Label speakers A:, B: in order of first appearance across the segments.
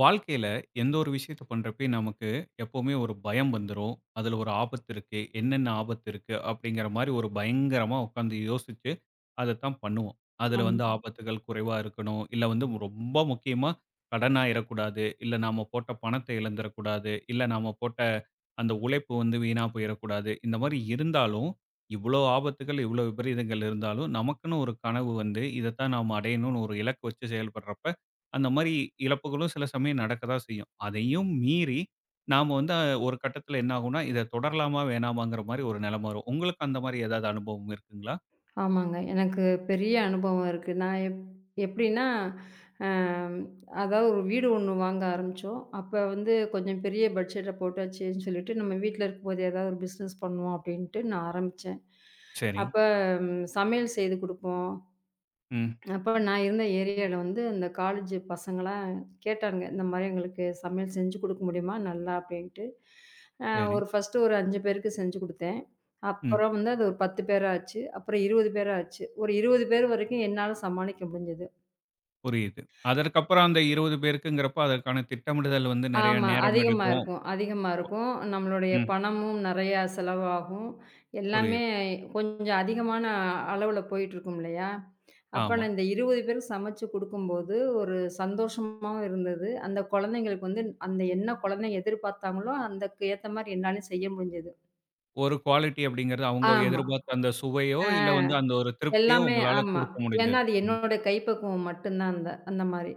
A: வாழ்க்கையில எந்த ஒரு விஷயத்த பண்றப்பயும் நமக்கு எப்பவுமே ஒரு பயம் வந்துரும். அதுல ஒரு ஆபத்து இருக்கு. என்னென்ன ஆபத்து இருக்கு? அப்படிங்கிற மாரி ஒரு பயங்கரமா உட்காந்து யோசிச்சு அதத்தான் பண்ணுவோம். அதுல
B: ஆமா.
A: வந்து ஆபத்துகள் குறைவா இருக்கணும். இல்ல வந்து ரொம்ப முக்கியமா கடன் ஆயிறக்கூடாது. இல்ல நாம போட்ட பணத்த இழந்துறக்கூடாது. இல்ல நாம போட்ட அந்த உழைப்பு வந்து வீணா போயிறக்கூடாது. இந்த மாரி இருந்தாலும், இவ்ளோ ஆபத்துகள், இவ்ளோ விபரீதங்கள் இருந்தாலும், நமக்குன்னு ஒரு கனவு வந்து இதத்தான் நாம அடையணும்னு ஒரு இலக்கு வச்சு செயல்படுறப்ப, அந்த மாரி இழப்புகளும் சில சமயம் நடக்க தான் செய்யும். அதையும் மீறி நாம வந்து ஒரு கட்டத்துல என்ன ஆகும்னா, இத தொடரலாமா? வேணாமாங்கிற மாரி ஒரு நெலம வரும். உங்களுக்கு அந்த மாரி ஏதாவது அனுபவம் இருக்குங்களா?
B: ஆமாங்க. எனக்கு பெரிய அனுபவம் இருக்கு. நான் எப்டின்னா, அ அதாவது ஒரு வீடு ஒண்ணு வாங்க ஆரம்பிச்சோம். அப்ப வந்து கொஞ்சம் பெரிய பட்ஜெட்ட போட்டாச்சுன்னு சொல்லிட்டு, நம்ம வீட்ல இருக்கும்போது ஏதாவது ஒரு பிசினஸ் பண்ணுவோம் அப்டின்ட்டு நான் ஆரம்பிச்சேன்.
A: சரி.
B: அப்ப சமையல் செய்து குடுப்போம்.
A: ம்.
B: அப்ப நான் இருந்த ஏரியால வந்து அந்த காலேஜ் பசங்கலாம் கேட்டானுங்க. இந்த மாரி எங்களுக்கு சமையல் செஞ்சு குடுக்க முடியுமா? நல்லா அப்டின்ட்டு. அ
A: சரி.
B: ஒரு ஃபர்ஸ்ட்டு ஒரு 5 பேருக்கு செஞ்சு குடுத்தேன்.
A: ம்.
B: அப்புறம் வந்து அது ஒரு 10 பேரா ஆச்சு. அப்புறம் 20 பேரா ஆச்சு. ஒரு 20 பேர் வரைக்கும் என்னால சமாளிக்க முடிஞ்சது.
A: புரியுது. அதற்கப்புறம் அந்த 20 பேருக்குங்கிறப்ப, அதற்கான திட்டமிடுதல் வந்து நெறைய
B: ஆமா.
A: நேரம்
B: அதிகமா
A: எடுக்கும்.
B: இருக்கும் அதிகமா
A: ஒ
B: இருக்கும். நம்மளுடைய
A: ம்.
B: பணமும் நெறையா செலவாகும். எல்லாமே
A: புரியுது.
B: கொஞ்சம் அதிகமான அளவுல போயிட்டுருக்கும் இல்லையா? அப்ப
A: ஆமா.
B: நான் இந்த 20 பேருக்கு சமைச்சு குடுக்கும்போது, ஒரு சந்தோஷமாவும் இருந்தது. அந்த குழந்தைங்களுக்கு வந்து அந்த என்ன குழந்தைங்க எதிர்பார்த்தாங்களோ, அதுக்கு ஏத்த மாரி என்னாலயும் செய்ய முடிஞ்சது.
A: ஒரு குவாலிட்டி அப்படிங்கிறது அவங்க
B: ஆமா.
A: எதிர்பார்த்த அந்த சுவையோ,
B: ஆ
A: இல்ல வந்து அந்த ஒரு திருப்தியோ
B: எல்லாமே
A: உங்களால
B: ஆமா.
A: குடுக்க
B: ஏன்னா,
A: முடிஞ்சது.
B: அது
A: ம்.
B: என்னோட கைப்பக்குவம் மட்டும் தான் அந்த அந்த மாரி.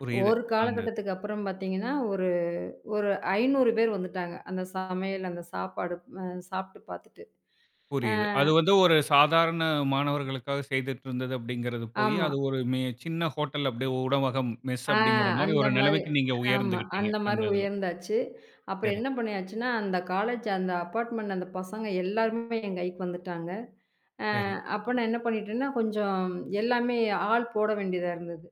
A: புரியுது.
B: ஒரு
A: அந்த இது.
B: காலகட்டத்துக்கு அப்புறம் பார்த்தீங்கன்னா, ஒரு ஒரு 500 பேர் வந்துட்டாங்க. அந்த சமையல், அந்த சாப்பாடு அ சாப்பிட்டு பார்த்துட்டு. ஆ
A: புரியுது. அது வந்து ஒரு சாதாரண மாணவர்களுக்காக செய்துட்டு இருந்தது அப்படிங்கிறது போயி,
B: ஆமா.
A: அது ஒரு சின்ன ஹோட்டல் அப்படியே உணவகம், மெஸ்
B: ஆ
A: அப்படிங்கிற மாரி
B: அந்த
A: ஒரு
B: மாரி.
A: நிலைமைக்கு நீங்க
B: ஆமா.
A: உயர்ந்துகிட்டீங்க,
B: அந்த
A: அந்த
B: மாரி
A: இதுல.
B: உயர்ந்தாச்சு. அப்புறம்
A: சரி,
B: என்ன பண்ணியாச்சுன்னா, அந்த காலேஜ் அந்த அபார்ட்மெண்ட் அந்த பசங்க எல்லாருமே என் கைக்கு வந்துட்டாங்க. ஆ
A: சரி.
B: அப்ப நான் என்ன பண்ணிட்டேன்னா, கொஞ்சம் எல்லாமே ஆள் போட வேண்டியதா இருந்தது.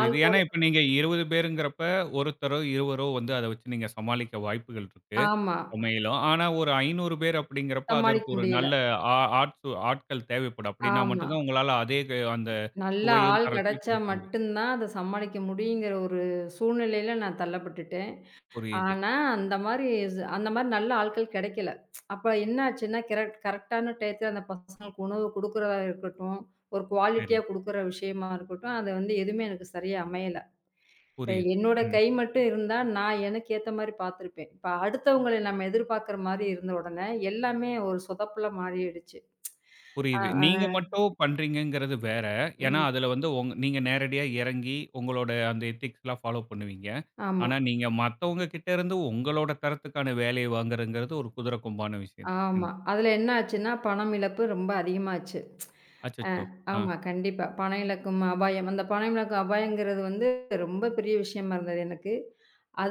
B: ஆள் போட
A: ஏன்னா, இப்ப நீங்க 20 பேருங்கிறப்ப, ஒருத்தரோ, இருவரோ வந்து அத வச்சு நீங்க சமாளிக்க வாய்ப்புகள் இருக்கு,
B: ஆமா.
A: சமையலும். ஆனா, ஒரு 500 பேர் அப்படிங்கிறப்ப,
B: சமாளிக்க
A: அதற்கு ஒரு
B: முடியல.
A: நல்ல ஆ ஆட்கள் தேவைப்படும். அப்படின்னா
B: ஆமா.
A: மட்டும் தான் உங்களால அதே அந்த
B: நல்ல
A: சுவையும்,
B: ஆள்
A: தரத்தையும்
B: கிடைச்சா
A: குடுக்க முடியும்.
B: மட்டும் தான் அத சமாளிக்க முடியுங்கிற ஒரு சூழ்நிலையில நான் தள்ளப்பட்டுட்டேன்.
A: புரியுது.
B: ஆனா, அந்த மாரி அந்த மாரி நல்ல ஆட்கள் கெடைக்கல. அப்ப என்ன ஆச்சுன்னா, கரெக்ட்டான டயத்துல அந்த பசங்களுக்கு உணவு குடுக்குறதா இருக்கட்டும், ஒரு
A: சரி.
B: குவாலிட்டியா குடுக்குற விஷயமா இருக்கட்டும், அது வந்து எதுவுமே எனக்கு சரியா அமையல. இப்ப
A: புரியுது.
B: என்னோட
A: ம்.
B: கை மட்டும் இருந்தா, நான் எனக்கு ஏத்த மாரி பார்த்துருப்பேன். இப்ப அடுத்தவங்கள நம்ம எதிர்பார்க்குற மாரி இருந்த உடனே, எல்லாமே ஒரு சொதப்பலா மாறிடுச்சு. அ,
A: புரியுது. நீங்க
B: ஆ.
A: மட்டும் பண்றீங்கங்கிறது வேற. ஏன்னா,
B: ம்.
A: அதுல வந்து நீங்க நேரடியா இறங்கி, உங்களோட அந்த எத்திக்ஸ்லாம் ஃபாலோ பண்ணுவீங்க.
B: ஆமா.
A: ஆனா, நீங்க மத்தவங்க கிட்ட இருந்து உங்களோட தரத்துக்கான வேலைய வாங்குறதுங்கிறது ஒரு குதிரை கொம்பான விஷயம் தான்.
B: ஆமா. அதுல என்ன ஆச்சுன்னா, பணம் இழப்பு ரொம்ப அதிகமாச்சு. அ
A: அச்சச்சோ! ஆ,
B: ஆமா, கண்டிப்பா. பணம் இழக்கும் அபாயம். அந்த பணம் இழக்கும் அபாயங்கிறது வந்து ரொம்ப பெரிய விஷயமா இருந்தது எனக்கு.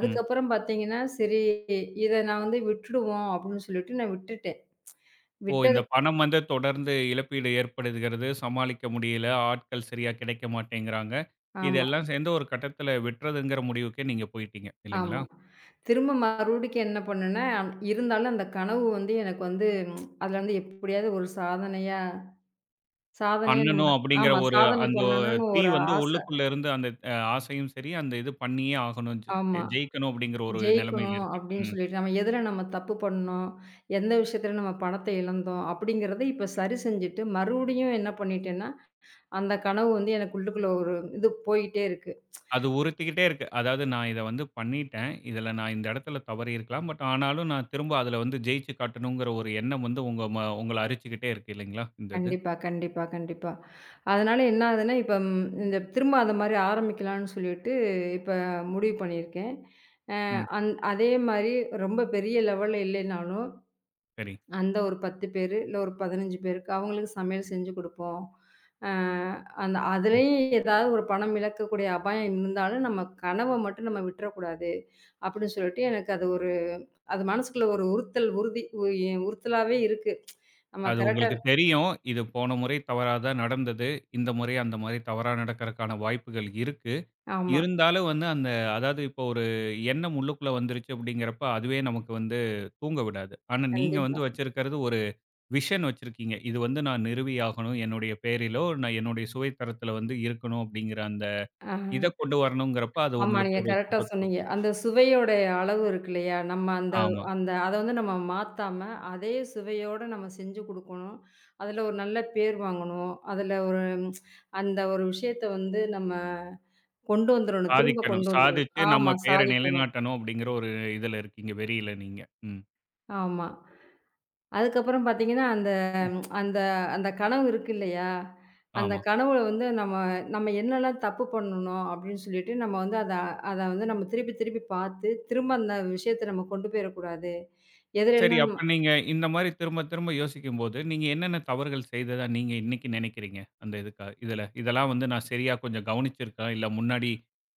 A: ம்.
B: பார்த்தீங்கன்னா, சரி இத நான் வந்து விட்டுடுவோம் அப்படின்னு சொல்லிட்டு நான் விட்டுட்டேன்.
A: ஓ!
B: விட்டது
A: இந்த பணம் வந்து தொடர்ந்து இழப்பீடு ஏற்படுகிறது. சமாளிக்க முடியல. ஆட்கள் சரியா கிடைக்க மாட்டேங்கிறாங்க.
B: ஆமா,
A: இதெல்லாம் சேர்ந்து ஒரு கட்டத்தில விட்டுறதுங்கிற முடிவுக்கே நீங்க போயிட்டீங்க இல்லைங்களா?
B: ஆமா. திரும்ப மறுபடிக்கு என்ன பண்ணேன்னா, இருந்தாலும் அந்த கனவு வந்து எனக்கு வந்து ம், அதுல வந்து எப்படியாவது ஒரு சாதனையா சாதனையா
A: பண்ணணும்
B: நம்ம
A: அப்படிங்கிற
B: ஆமா
A: ஒரு
B: சாதனை
A: அந்த
B: பண்ணணும்னு
A: தீ
B: ஒரு
A: வந்து
B: ஆசை.
A: உள்ளுக்குள்ள இருந்து அந்த ஆசையும் சரி, அந்த இது பண்ணியே ஆகணும்.
B: ஆமா.
A: ஜெயிக்கணும் அப்படிங்கிற ஒரு நிலைமையில
B: ஜெயிக்கணும்
A: இருக்கீங்க.
B: அப்படின்னு
A: ம்.
B: சொல்லிட்டு, நம்ம எதுல நம்ம தப்பு பண்ணோம்? எந்த விஷயத்துல நம்ம பணத்த இழந்தோம்? அப்படிங்கிறத இப்ப சரி செஞ்சுட்டு, மறுபடியும் என்ன பண்ணிட்டேன்னா, அந்த கனவு வந்து எனக்கு உள்ளுக்குள்ள ஒரு இது போயிட்டே இருக்கு.
A: அது உறுத்திக்கிட்டே இருக்கு. அதாவது நான் இத வந்து பண்ணிட்டேன். இதில நான் இந்த இடத்துல தவறியிருக்கலாம். பட் ஆனாலும் நான் திரும்ப அதில வந்து ஜெயிச்சு காட்டணுங்கிற ஒரு எண்ணம் வந்து உங்க உங்கள அரிச்சுக்கிட்டே இருக்கு இல்லைங்களா? இந்த இது.
B: கண்டிப்பா, கண்டிப்பா, கண்டிப்பா. அதனால என்ன ஆகுதுன்னா, இப்ப இந்த திரும்ப அந்த மாரி ஆரம்பிக்கலான்னு சொல்லிட்டு, இப்ப முடிவு பண்ணியிருக்கேன். அ
A: ம்.
B: அந் அதே மாரி ரொம்ப பெரிய லெவல்ல இல்லைனாலும்,
A: சரி.
B: அந்த ஒரு 10 பேரு, இல்ல ஒரு 15 பேருக்கு அவங்களுக்கு சமையல் செஞ்சு குடுப்போம். அ அந்த
A: ம்.
B: அதுலயும் ஏதாவது ஒரு பணம் இழக்கக்கூடிய அபாயம் இருந்தாலும், நம்ம கனவ மட்டும் நம்ம விட்டுறக்கூடாது. அப்படின்னு சொல்லிட்டு எனக்கு அது ஒரு அது மனசுக்குள்ள ஒரு உறுத்தல் உறுதி உ எ உறுத்தலாவே இருக்கு. நம்ம
A: அது
B: கரெக்ட்டா
A: உங்களுக்கு தெரியும். இது போன முறை தவறா தான் நடந்தது. இந்த முறை அந்த மாரி தவறா நடக்கறக்கான வாய்ப்புகள் இருக்கு.
B: ஆமா.
A: இருந்தாலும் வந்து அந்த அதாவது இப்போ ஒரு எண்ணம் உள்ளுக்குள்ள வந்துருச்சு அப்படிங்கிறப்ப, அதுவே நமக்கு வந்து தூங்க விடாது. ஆனா நீங்க
B: கண்டிப்பா.
A: வந்து வச்சிருக்கிறது ஒரு விஷன் வச்சிருக்கீங்க. இது வந்து நான் நிறுவியாகணும். என்னுடைய பேரிலோ, நான் என்னுடைய சுவை தரத்தில வந்து இருக்கணும் அப்படிங்கிற அந்த
B: ஆ.
A: இத கொண்டு வரணுங்கிறப்ப, அது
B: ஆமா.
A: உங்களுக்கு
B: நீங்க
A: ஒரு
B: கரெக்ட்டா
A: தூக்கத்த
B: சொன்னீங்க.
A: குடுத்துரும்.
B: அந்த சுவையோடைய அளவு இருக்கு இல்லையா? நம்ம அந்த
A: ஆமா.
B: அந்த அத வந்து நம்ம மாத்தாம, அதே சுவையோட நம்ம செஞ்சு குடுக்கணும். அதுல ஒரு நல்ல பேர் வாங்கணும். அதுல ஒரு ம், அந்த ஒரு விஷயத்த வந்து நம்ம கொண்டு வந்துரணும். திரும்ப
A: சாதிக்கணும்.
B: கொண்டு வந்துரணும்.
A: சாதிச்சு நம்ம
B: ஆமா
A: பேர
B: சாதிக்கணும்.
A: நிலைநாட்டணும் அப்படிங்கிற ஒரு இதுல இருக்கீங்க. வெறியில நீங்க. ம்.
B: ஆமா. அதுக்கப்புறம் பார்த்தீங்கன்னா, அந்த அந்த அந்த கனவு இருக்கு இல்லையா? அந்த
A: ஆமா.
B: கனவுல வந்து நம்ம நம்ம என்னலாம் தப்பு பண்ணணும் அப்டின்னு சொல்லிட்டு, நம்ம வந்து அத அத வந்து நம்ம திருப்பி திருப்பி பார்த்து, திரும்ப அந்த விஷயத்த நம்ம கொண்டு போயிறக்கூடாது.
A: சரி
B: எதுலலாம்
A: அப்ப நீங்க இந்த மாரி திரும்ப திரும்ப யோசிக்கும்போது, நீங்க என்னென்ன தவறுகள் செய்ததா நீங்க இன்னைக்கு நினைக்கிறீங்க? அந்த இதுக்கா இதுல. இதெல்லாம் வந்து நான் சரியா கொஞ்சம் கவனிச்சிருக்கலாம். இல்ல முன்னாடி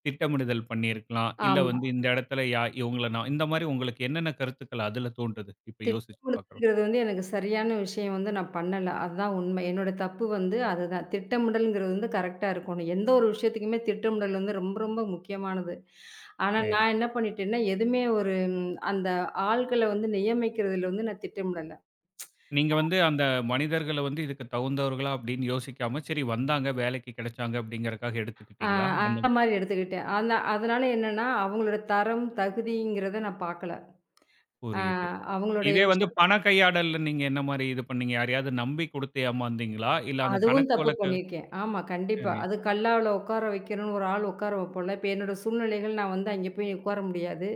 A: திட்டமிடுதல் பண்ணியிருக்கலாம். இல்ல
B: ஆமா.
A: வந்து இந்த இடத்துல இவங்கள நான் இந்த மாரி உங்களுக்கு என்னென்ன கருத்துக்கள் அதுல தோன்றுது? இப்ப யோசிச்சு பார்க்குறோம்.
B: திட்டமிடுதல்ங்கிறது வந்து எனக்கு சரியான விஷயம் வந்து நான் பண்ணல. அதுதான் உண்மை. என்னோட தப்பு வந்து அதுதான். திட்டமிடல்ங்கிறது வந்து கரெக்ட்டா இருக்கணும். எந்த ஒரு விஷயத்துக்குமே திட்டமிடல் வந்து ரொம்ப ரொம்ப முக்கியமானது. ஆனா
A: சரி.
B: நான் என்ன பண்ணிட்டேன்னா, எதுவுமே அந்த ஆள்கள வந்து நியமிக்கிறதுல வந்து நான் திட்டமிடல.
A: நீங்க வந்து அந்த மனிதர்கள வந்து இதுக்கு தகுந்தவர்களா அப்படின்னு யோசிக்காம, சரி வந்தாங்க, வேலைக்கு கிடைச்சாங்க அப்படிங்கிறக்காக
B: அ
A: எடுத்துக்கிட்டீங்களா? அந்த
B: அந்த மாரி எடுத்துக்கிட்டேன். அதனால என்னன்னா, அவங்களோட தரம், தகுதிங்கிறத நான் பார்க்கல. அ
A: புரியுது.
B: அவங்களுடைய
A: இதே வந்து
B: விஷயம்
A: பண கையாடல்ல நீங்க என்ன மாரி இது பண்ணீங்க? யாரையாவது நம்பி குடுத்து ஏமாந்தீங்களா? இல்ல அந்த
B: அதுவும்
A: கணக்கு
B: தப்பு
A: வழக்கு
B: பண்ணியிருக்கேன். ஆமா, கண்டிப்பா.
A: சரி.
B: அது கல்லாவுல உட்கார வைக்கிறோன்னு ஒரு ஆள் உட்கார வைப்போம்ல. இப்ப என்னோட சூழ்நிலைகள் நான் வந்து அங்கே போய் உட்கார முடியாது.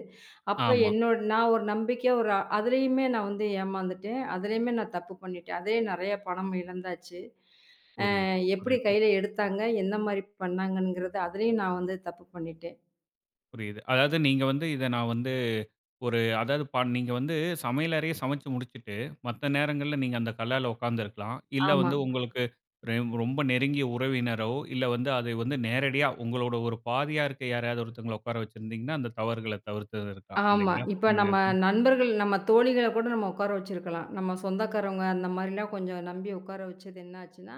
B: அப்ப
A: ஆமா.
B: என்னோட நான் ஒரு நம்பிக்கையா ஒரு அதிலயுமே நான் வந்து ஏமாந்துட்டேன். அதிலயுமே நான் தப்பு பண்ணிட்டேன். அதே நெறைய பணம் இழந்தாச்சு.
A: புரியுது,
B: எப்படி
A: புரியுது,
B: கையில எடுத்தாங்க? எந்த மாரி பண்ணாங்கங்கிறது, அதுலயும் நான் வந்து தப்பு பண்ணிட்டேன்.
A: புரியுது. அதாவது நீங்க வந்து இத நான் வந்து ஒரு அதாவது நீங்க வந்து சமையலறைய சமைச்சு முடிச்சுட்டு, மத்த நேரங்கள்ல நீங்க அந்த கல்லால உட்காந்துருக்கலாம். இல்ல
B: ஆமா,
A: வந்து உங்களுக்கு ரெ ரொம்ப நெருங்கிய உறவினரோ, இல்ல வந்து அது வந்து நேரடியா உங்களோட ஒரு பாதியா இருக்க யாரையாவது ஒருத்தங்கள உட்கார வச்சிருந்தீங்கன்னா, அந்த தவறுகள தவிர்த்திருக்கலாம்.
B: ஆமா.
A: இல்லைங்களா?
B: இப்ப
A: இந்த
B: நம்ம
A: இது.
B: நண்பர்கள், நம்ம தோழிகள கூட நம்ம உட்கார வச்சிருக்கலாம். நம்ம சொந்தக்காரவங்க அந்த மாரிலாம் கொஞ்சம் நம்பி உட்கார வச்சது என்னாச்சுன்னா,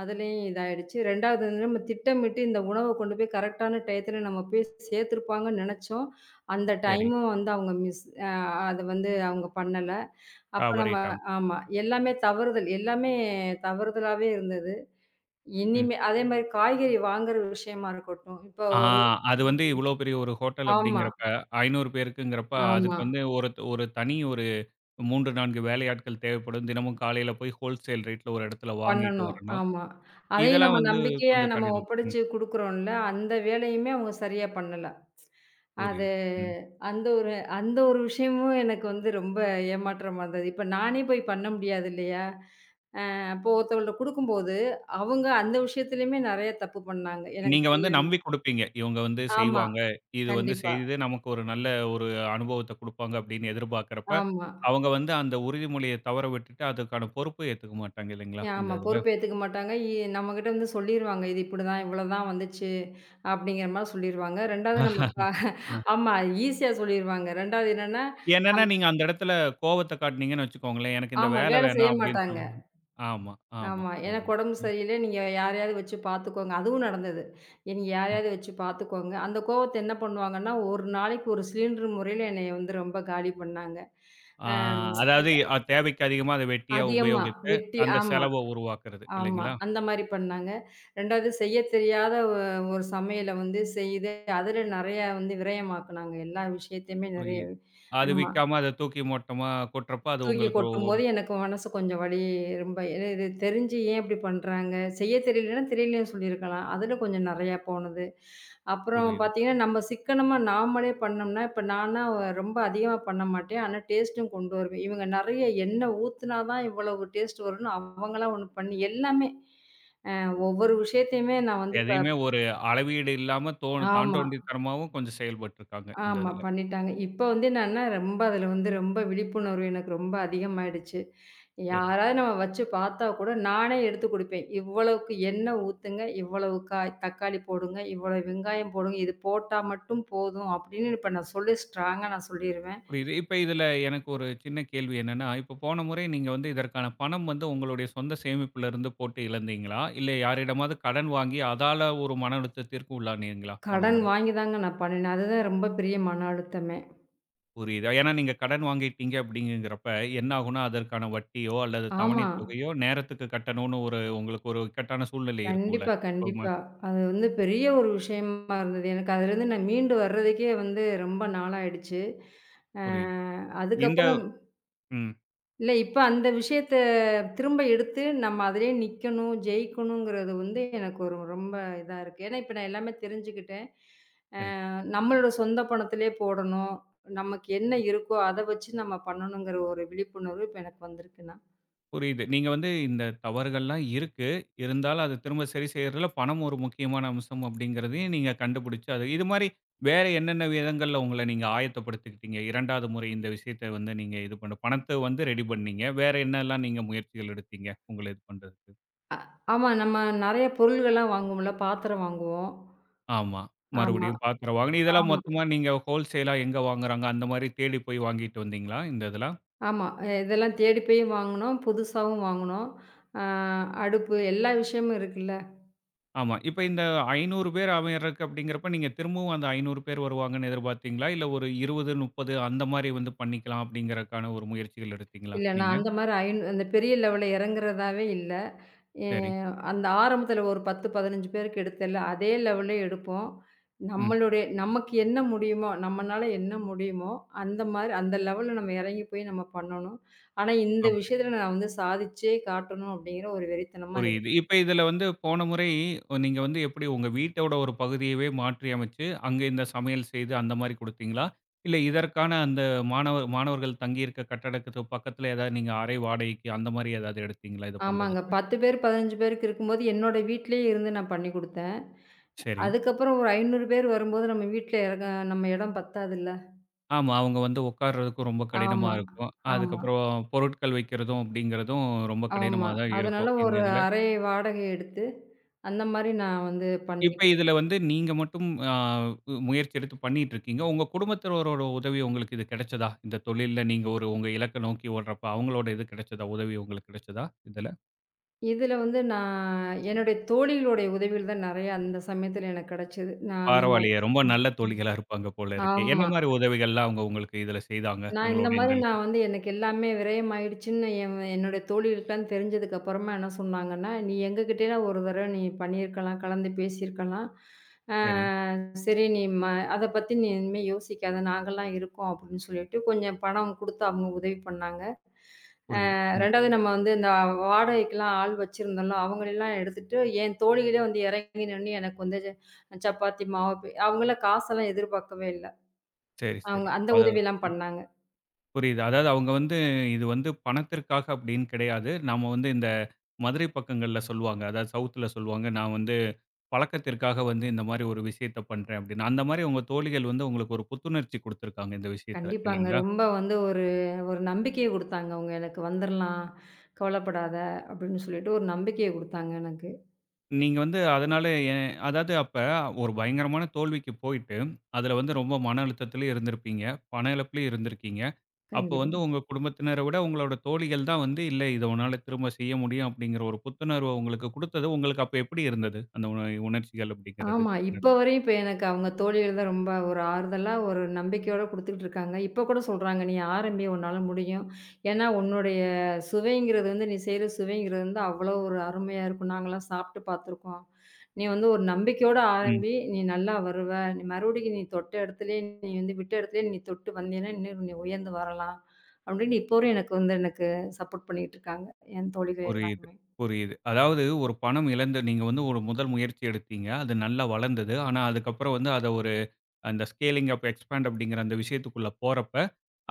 B: அதுலயும் இதாயிடுச்சு. 2வது வந்து நம்ம திட்டமிட்டு இந்த உணவ கொண்டு போய் கரெக்ட்டான டயத்துல நம்ம போய் சேர்த்துருப்பாங்கன்னு நெனச்சோம். அந்த
A: சரி.
B: டைமும் வந்து அவங்க மிஸ் அ அத வந்து அவங்க பண்ணல. அப்ப நம்ம
A: தவறிட்டாங்க.
B: ஆமா. எல்லாமே தவறுதல் எல்லாமே தவறுதலாவே இருந்தது.
A: ம்.
B: இனிமே அதேமாரி காய்கறி வாங்குற விஷயமா இருக்கட்டும். இப்போ
A: ஆ
B: ஒரு
A: அது வந்து
B: ம்.
A: இவ்வளோ பெரிய ஒரு ஹோட்டல்
B: ஆமா,
A: அப்படிங்கிறப்ப, 500 பேருக்குங்கிறப்ப, அதுக்கு
B: ஆமா.
A: வந்து ஒரு ஒரு தனி ஒரு 3, 4 வேலையாட்கள் தேவைப்படும். தினமும் காலையில போய் ஹோல்சேல் ரேட்ல ஒரு இடத்துல வாங்கிட்டு
B: பண்ணணும்.
A: வரணும்.
B: ஆமா. அதையும்
A: இதெல்லாம்
B: நம்ம
A: வந்து
B: நம்பிக்கையா
A: கொஞ்சம்
B: நம்ம
A: கடினம். ம்.
B: ஒப்படைச்சு குடுக்குறோம்ல, அந்த வேலையுமே அவங்க சரியா பண்ணல. அது
A: புரியுது. ம்.
B: அந்த ஒரு அந்த ஒரு விஷயமும் எனக்கு வந்து ரொம்ப ஏமாற்றமா இருந்தது. இப்ப நானே போய் பண்ண முடியாது இல்லையா? அப்போ ஒருத்தவங்கள்ட்ட குடுக்கும்போது, அவங்க அந்த விஷயத்துலயுமே நெறைய தப்பு பண்ணாங்க. எனக்கு
A: நீங்க வந்து
B: தெரியாம.
A: நம்பி குடுப்பீங்க. இவங்க வந்து
B: ஆமா.
A: செய்வாங்க. இது வந்து
B: கண்டிப்பா.
A: செய்து நமக்கு ஒரு நல்ல ஒரு அனுபவத்த குடுப்பாங்க அப்படின்னு எதிர்பார்க்கிறப்ப,
B: ஆமா.
A: அவங்க வந்து அந்த உறுதிமொழிய தவற விட்டுட்டு, அதுக்கான பொறுப்பு ஏத்துக்க மாட்டாங்க இல்லைங்களா? இந்த
B: ஆமா.
A: இதுல.
B: பொறுப்பு ஏத்துக்க மாட்டாங்க. நம்மகிட்ட வந்து சொல்லிருவாங்க. இது இப்படிதான், இவ்வளோதான் வந்துச்சு அப்படிங்கிற மாரி சொல்லிருவாங்க. 2வது நம்ம கா ஆமா. ஈஸியா சொல்லிருவாங்க. 2வது என்னன்னா,
A: என்னன்னா,
B: நம்
A: நீங்க அந்த இடத்துல கோவத்த காட்டுனீங்கன்னு வச்சுக்கோங்களேன், எனக்கு இந்த
B: ஆமா.
A: வேலை
B: வேலை செய்ய
A: வேணாம் அப்படின்னு
B: மாட்டாங்க.
A: சொல்லுங்க. ஆமா, ஆமா,
B: ஆமா. எனக்கு
A: ஆமா.
B: உடம்பு
A: ம்,
B: சரியில்ல. நீங்க யாரையாவது வச்சு பார்த்துக்கோங்க. அதுவும் நடந்தது. நீங்க
A: ம்.
B: யாரையாவது வச்சு பார்த்துக்கோங்க. அந்த கோவத்த என்ன பண்ணுவாங்கன்னா, ஒரு நாளைக்கு ஒரு சிலிண்டர் முறையில என்னைய வந்து ரொம்ப காலி பண்ணாங்க.
A: ஆ
B: ம்
A: அதாவது தேவைக்கு அதிகமா அத வெட்டியா
B: அதிகமா,
A: உபயோகித்து,
B: வெட்டி
A: அந்த
B: ஆமா.
A: செலவ உருவாக்குறது
B: ஆமா.
A: இல்லைங்களா?
B: அந்த மாரி பண்ணாங்க. 2வது செய்ய தெரியாத ஒரு சமையல வந்து செய்து, அதில நெறையா வந்து விரயமாக்குனாங்க. எல்லா விஷயத்தையுமே நெறைய
A: புரியுது. அது
B: ஆமா.
A: விக்காம அத தூக்கி மொட்டமா கொட்டுறப்ப, அது
B: தூக்கி
A: உங்களுக்கு ஒரு ஒரு
B: கொட்டும்போது எனக்கு மனசு கொஞ்சம் வலி ரொம்ப இது இது தெரிஞ்சு ஏன் இப்படி பண்றாங்க? செய்ய தெரியலன்னா தெரியலன்னு சொல்லியிருக்கலாம். அதில கொஞ்சம் நெறையா போனது. அப்புறம்
A: புரியுது.
B: பார்த்தீங்கன்னா, நம்ம சிக்கனமா நாமளே பண்ணோம்னா, இப்ப நானா ரொம்ப அதிகமா பண்ண மாட்டேன். ஆனா டேஸ்ட்டும் கொண்டு வருவேன். இவங்க நெறைய எண்ணெய் ஊத்துனா தான் இவ்வளவு டேஸ்ட் வரும்னு அவங்களா ஒண்ணு பண்ணி எல்லாமே ஒவ்வொரு விஷயத்தையுமே நான் வந்து இப்ப
A: எதையுமே ஒரு அளவீடு இல்லாம தோணு
B: ஆமா,
A: தாண்டோண்டித்தனமாவும் கொஞ்சம் செயல்பட்டுருக்காங்க இந்த
B: ஆமா
A: இதுல.
B: பண்ணிட்டாங்க. இப்ப வந்து என்னன்னா, ரொம்ப அதுல வந்து ரொம்ப விழிப்புணர்வு எனக்கு ரொம்ப அதிகமாயிடுச்சு.
A: சரி.
B: யாராவது நம்ம வச்சு பார்த்தா கூட நானே எடுத்து குடுப்பேன். இவ்வளவுக்கு எண்ணெய் ஊத்துங்க, இவ்வளவு காய் தக்காளி போடுங்க, இவ்வளவு வெங்காயம் போடுங்க, இது போட்டா மட்டும் போதும் அப்படின்னு இப்ப நான் சொல்லி ஸ்ட்ராங்கா நான் சொல்லிருவேன்.
A: புரியுது. இப்ப இதுல எனக்கு ஒரு சின்ன கேள்வி என்னன்னா, இப்ப போன முறை நீங்க வந்து இதற்கான பணம் வந்து உங்களுடைய சொந்த சேமிப்புல இருந்து போட்டு இழந்தீங்களா? இல்ல யாரிடமாவது கடன் வாங்கி அதால ஒரு மன அழுத்தத்திற்கு உள்ளானீங்களா போன
B: கடன்
A: முறை?
B: வாங்கி தாங்க நான் பண்ணுனேன். அதுதான் ரொம்ப பெரிய மன அழுத்தமே.
A: புரியுது. ஏன்னா நீங்க கடன் வாங்கிட்டீங்க அப்படிங்கிறப்ப என்ன ஆகும்னா, அதற்கான வட்டியோ அல்லது தவணை
B: ஆமா.
A: தொகையோ நேரத்துக்கு கட்டணும்னு ஒரு உங்களுக்கு ஒரு இக்கட்டான சூழ்நிலை இருக்கும்ல
B: கண்டிப்பா,
A: எப்பவுமே.
B: கண்டிப்பா. அது வந்து பெரிய ஒரு விஷயமா இருந்தது. எனக்கு அதுலேருந்து நான் மீண்டு வர்றதுக்கே வந்து ரொம்ப நாளாயிடுச்சு. அ
A: புரியுது. இந்த
B: அதுக்கப்புறம்
A: ம்.
B: இல்ல இப்ப அந்த விஷயத்த திரும்ப எடுத்து நம்ம அதிலேயே நிக்கணும், ஜெயிக்கணுங்கிறது வந்து எனக்கு ஒரு ரொம்ப இதா இருக்கு. ஏன்னா, இப்ப நான் எல்லாமே தெரிஞ்சுக்கிட்டேன்.
A: சரி.
B: நம்மளோட சொந்த பணத்திலேயே போடணும். நமக்கு என்ன இருக்கோ அத வச்சு நம்ம பண்ணணுங்கிற ஒரு விழிப்புணர்வு இப்ப எனக்கு வந்திருக்குண்ணா.
A: புரியுது. நீங்க வந்து இந்த தவறுகள்லாம் இருக்கு. இருந்தாலும் அத திரும்ப சரி செய்றதுல பணம் ஒரு முக்கியமான அம்சம் அப்படிங்கிறதையும் நீங்க கண்டுபிடிச்சு, அது இது மாரி வேற என்னென்ன விதங்கள்ல உங்கள நீங்க ஆயத்தப்படுத்திக்கிட்டீங்க? 2வது முறை இந்த விஷயத்த வந்து நீங்க இது பண்ண பணத்த வந்து ரெடி பண்ணீங்க. வேற என்னலாம் நீங்க முயற்சிகள் எடுத்தீங்க? உங்கள இது பண்றதுக்கு?
B: ஆமா, நம்ம நெறைய பொருள்கள்லாம் வாங்குவோம்ல, பாத்திரம் வாங்குவோம்.
A: ஆமா.
B: ஆமா.
A: மறுபடியும் பாத்திரம் வாங்கணும். இதெல்லாம்
B: ஆமா.
A: மொத்தமா நீங்க ஹோல்சேலா எங்க வாங்குறாங்க? அந்த மாரி தேடி போய் வாங்கிட்டு வந்தீங்களா? இந்த இதுல?
B: ஆமா. இதெல்லாம் தேடி போய் வாங்குனோம். புதுசாவும் வாங்குனோம். அ அடுப்பு எல்லா விஷயமும் இருக்குல்ல.
A: ஆமா. இப்ப இந்த 500 பேர் அமையறக்கு அப்படிங்கிறப்ப, நீங்க திரும்பவும் அந்த 500 பேர் வருவாங்கன்னு எதிர்பார்த்தீங்களா? இல்ல ஒரு 20, 30 அந்த மாரி வந்து பண்ணிக்கலாம் அப்படிங்கிறக்கான ஒரு முயற்சிகள் எடுத்தீங்களா
B: இல்ல நான்
A: நீங்க?
B: அந்த மாரி அந்த பெரிய லெவல்ல இறங்குறதாவே இல்ல. எ
A: சரி.
B: அந்த ஆரம்பத்துல ஒரு 10, 15 பேருக்கு எடுத்தேல்ல, அதே லெவல்லே எடுப்போம்.
A: ம்.
B: நமக்கு என்ன முடியுமோ, நம்மனால என்ன முடியுமோ, அந்த மாரி அந்த லெவல்ல நம்ம இறங்கி போய் நம்ம பண்ணணும். ஆனா, இந்த
A: அப்படி
B: விஷயத்துல நான் வந்து சாதிச்சே காட்டணும் அப்படிங்கிற ஒரு வெறித்தனமா இருக்கு.
A: புரியுது. இப்ப இதுல வந்து போன முறை நீங்க வந்து எப்படி உங்க வீட்டோட ஒரு பகுதியவே மாற்றி அமைச்சு, அங்க இந்த சமையல் செய்து அந்த மாரி குடுத்தீங்களா? இல்ல இதற்கான அந்த மாணவர் மாணவர்கள் தங்கியிருக்க கட்டடத்துக்கு பக்கத்துல ஏதாவது நீங்க அறை வாடகைக்கு அந்த மாரி ஏதாவது எடுத்தீங்களா இத
B: ஆமாங்க.
A: பண்றதுக்கு?
B: 10 பேர், 15 பேருக்கு இருக்கும்போது, என்னோட வீட்லயே இருந்து நான் பண்ணி குடுத்தேன்.
A: சரி.
B: அதுக்கப்புறம் ஒரு 500 பேர் வரும்போது நம்ம வீட்ல நம்ம இடம் பத்தாதுல்ல.
A: ஆமா. அவங்க வந்து உட்கார்றதுக்கும் ரொம்ப கடினமா
B: ஆமா,
A: இருக்கும்.
B: ஆமா,
A: அதுக்கப்புறம் பொருட்கள் வைக்கிறதும் அப்படிங்கிறதும் ரொம்ப
B: ஆமா.
A: கடினமா தான்
B: அதனால
A: இருக்கும், இந்த
B: ஒரு
A: இதுல.
B: அறை வாடகை எடுத்து, அந்த மாரி நான் வந்து
A: இப்ப
B: பண்ணிக்கிட்டேன்.
A: இதுல வந்து நீங்க மட்டும் முயற்சி எடுத்து பண்ணிட்டு இருக்கீங்க. உங்க குடும்பத்தினரோட உதவி உங்களுக்கு இது கிடைச்சதா? இந்த தொழில்ல நீங்க ஒரு உங்க இலக்க நோக்கி ஓடுறப்ப அவங்களோட இது கிடைச்சதா? உதவி உங்களுக்கு கிடைச்சதா இதுல?
B: இதுல வந்து நான் என்னுடைய தோழிகளுடைய உதவியில தான் நெறைய அந்த சமயத்துல எனக்கு கிடைச்சது. நான் அந்த மாரி
A: பரவாயில்லையே! ரொம்ப
B: ம்.
A: நல்ல தோழிகளா இருப்பாங்க போல இருக்கே. என்ன
B: ஆமா.
A: மாரி உதவிகள்லாம் அவங்க உங்களுக்கு இதுல செய்தாங்க?
B: நான் இந்த
A: உங்களோட இந்த
B: மாரி நான் வந்து எனக்கு எல்லாமே விரயமாயிடுச்சுன்னு என்னுடைய தோழிகளுக்கெல்லாம் தெரிஞ்சதுக்கு அப்புறமா என்ன சொன்னாங்கன்னா, "நீ எங்ககிட்டலாம் ஒரு தடவ நீ பண்ணியிருக்கலாம், கலந்து பேசியிருக்கலாம். ஆ
A: சரி
B: சரி நீ ம அத பத்தி நீ இனிமே யோசிக்காத, நாங்கலாம் இருக்கோம்." அப்படின்னு சொல்லிட்டு கொஞ்சம் பணம் குடுத்து அவங்க உதவி பண்ணாங்க.
A: புரியுது. ம்.
B: 2வது நம்ம வந்து இந்த வாடகைக்கெல்லாம் ஆள் வச்சிருந்தோம்ல, அவங்களலாம் எடுத்துட்டு என் தோழிகளே வந்து இறங்கி நின்னு எனக்கு வந்து அவங்களாம் காசெல்லாம் எதிர்பார்க்கவே இல்ல.
A: சரி, சரி.
B: அவங்க அந்த
A: அத
B: உதவிலாம் பண்ணாங்க.
A: புரியுது. அதாவது அவங்க வந்து இது வந்து பணத்திற்காக அப்படின்னு கிடையாது. நாம வந்து இந்த மதுரை பக்கங்கள்ல சொல்லுவாங்க. அதாவது சவுத்துல சொல்லுவாங்க. நான் வந்து பழக்கத்திற்காக வந்து இந்த மாரி ஒரு விஷயத்த பண்றேன் அப்படின்னு. அந்த மாரி உங்க தோழிகள் வந்து உங்களுக்கு ஒரு புத்துணர்ச்சி குடுத்துருக்காங்க இந்த விஷயத்துல
B: கண்டிப்பாங்க.
A: இல்லைங்களா?
B: ரொம்ப வந்து ஒரு ஒரு நம்பிக்கைய குடுத்தாங்க அவங்க எனக்கு. "வந்துரலாம், கவலைப்படாத" அப்படின்னு சொல்லிட்டு ஒரு நம்பிக்கைய குடுத்தாங்க எனக்கு.
A: நீங்க வந்து அதனால எ அதாவது அப்ப ஒரு பயங்கரமான தோல்விக்கு போயிட்டு, அதுல வந்து ரொம்ப மன அழுத்தத்திலயும் இருந்திருப்பீங்க. பண இழப்பிலயும் இருந்திருக்கீங்க. அப்போ
B: கண்டிப்பா.
A: வந்து உங்க குடும்பத்தினரை விட உங்களோட தோழிகள் தான் வந்து, "இல்ல இத உன்னால திரும்ப செய்ய முடியும்." அப்படீங்கிற ஒரு புத்துணர்வ உங்களுக்கு குடுத்தது, உங்களுக்கு அப்ப எப்படி இருந்தது? அந்த உணர்ச்சிகள் அப்படீங்கிறது.
B: ஆமா.
A: ம்.
B: இப்ப வரையும் இப்ப எனக்கு அவங்க தோழிகள் தான் ரொம்ப ஒரு ஆறுதலா, ஒரு நம்பிக்கையோட குடுத்துக்கிட்டு இருக்காங்க. இப்ப கூட சொல்றாங்க, "நீ ஆரம்பி உன்னால முடியும். ஏன்னா உன்னுடைய சுவைங்கிறது வந்து நீ செய்ற சுவைங்கிறது வந்து அவ்வளோ ஒரு அருமையா இருக்கும். நாங்கலாம் சாப்பிட்டு பார்த்துருக்கோம். நீ வந்து ஒரு நம்பிக்கையோட
A: ம்.
B: ஆரம்பி, நீ நல்லா வருவ. நீ மறுபடிக்கும் நீ தொட்ட இடத்துலயே நீ வந்து விட்ட இடத்துலயே நீ தொட்டு வந்தீன்னா, இன்னும் நீ உயர்ந்து வரலாம்." அப்படின்னு இப்போ வரையும் எனக்கு சப்போர்ட் பண்ணிக்கிட்டு இருக்காங்க. என் தோழிகள்
A: புரியுது,
B: எல்லாருமே.
A: புரியுது. அதாவது ஒரு பணம் இழந்து நீங்க வந்து ஒரு முதல் முயற்சி எடுத்தீங்க. அது நல்லா வளர்ந்தது. ஆனா, அதுக்கப்புறம் வந்து அத ஒரு அந்த ஸ்கேலிங் அப், எக்ஸ்பேண்ட் அப்படீங்கிற அந்த விஷயத்துக்குள்ள போறப்ப,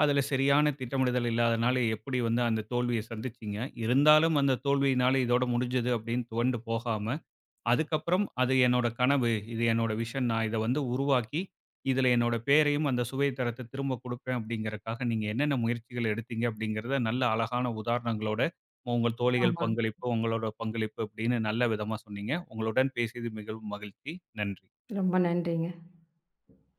A: அதுல சரியான திட்டமிடுதல் இல்லாதனால எப்படி வந்து அந்த தோல்விய சந்திச்சீங்க? இருந்தாலும் அந்த தோல்வியினால இதோட முடிஞ்சது அப்படின்னு துவண்டு போகாம, அதுக்கப்புறம் அது என்னோட கனவு. இது என்னோட விஷன். நான் இத வந்து உருவாக்கி, இதில என்னோட பேரையும், அந்த சுவை தரத்த திரும்ப குடுப்பேன் அப்டிங்கிறக்காக நீங்க என்னென்ன முயற்சிகள் எடுத்தீங்க அப்டிங்கிறத நல்ல அழகான உதாரணங்களோட, உங்கள் தோழிகள்
B: ஆமா.
A: பங்களிப்பு, உங்களோட பங்களிப்பு அப்டின்னு நல்ல விதமா சொன்னீங்க. உங்களுடன் பேசியது மிகவும் மகிழ்ச்சி. நன்றி.
B: ரொம்ப நன்றிங்க.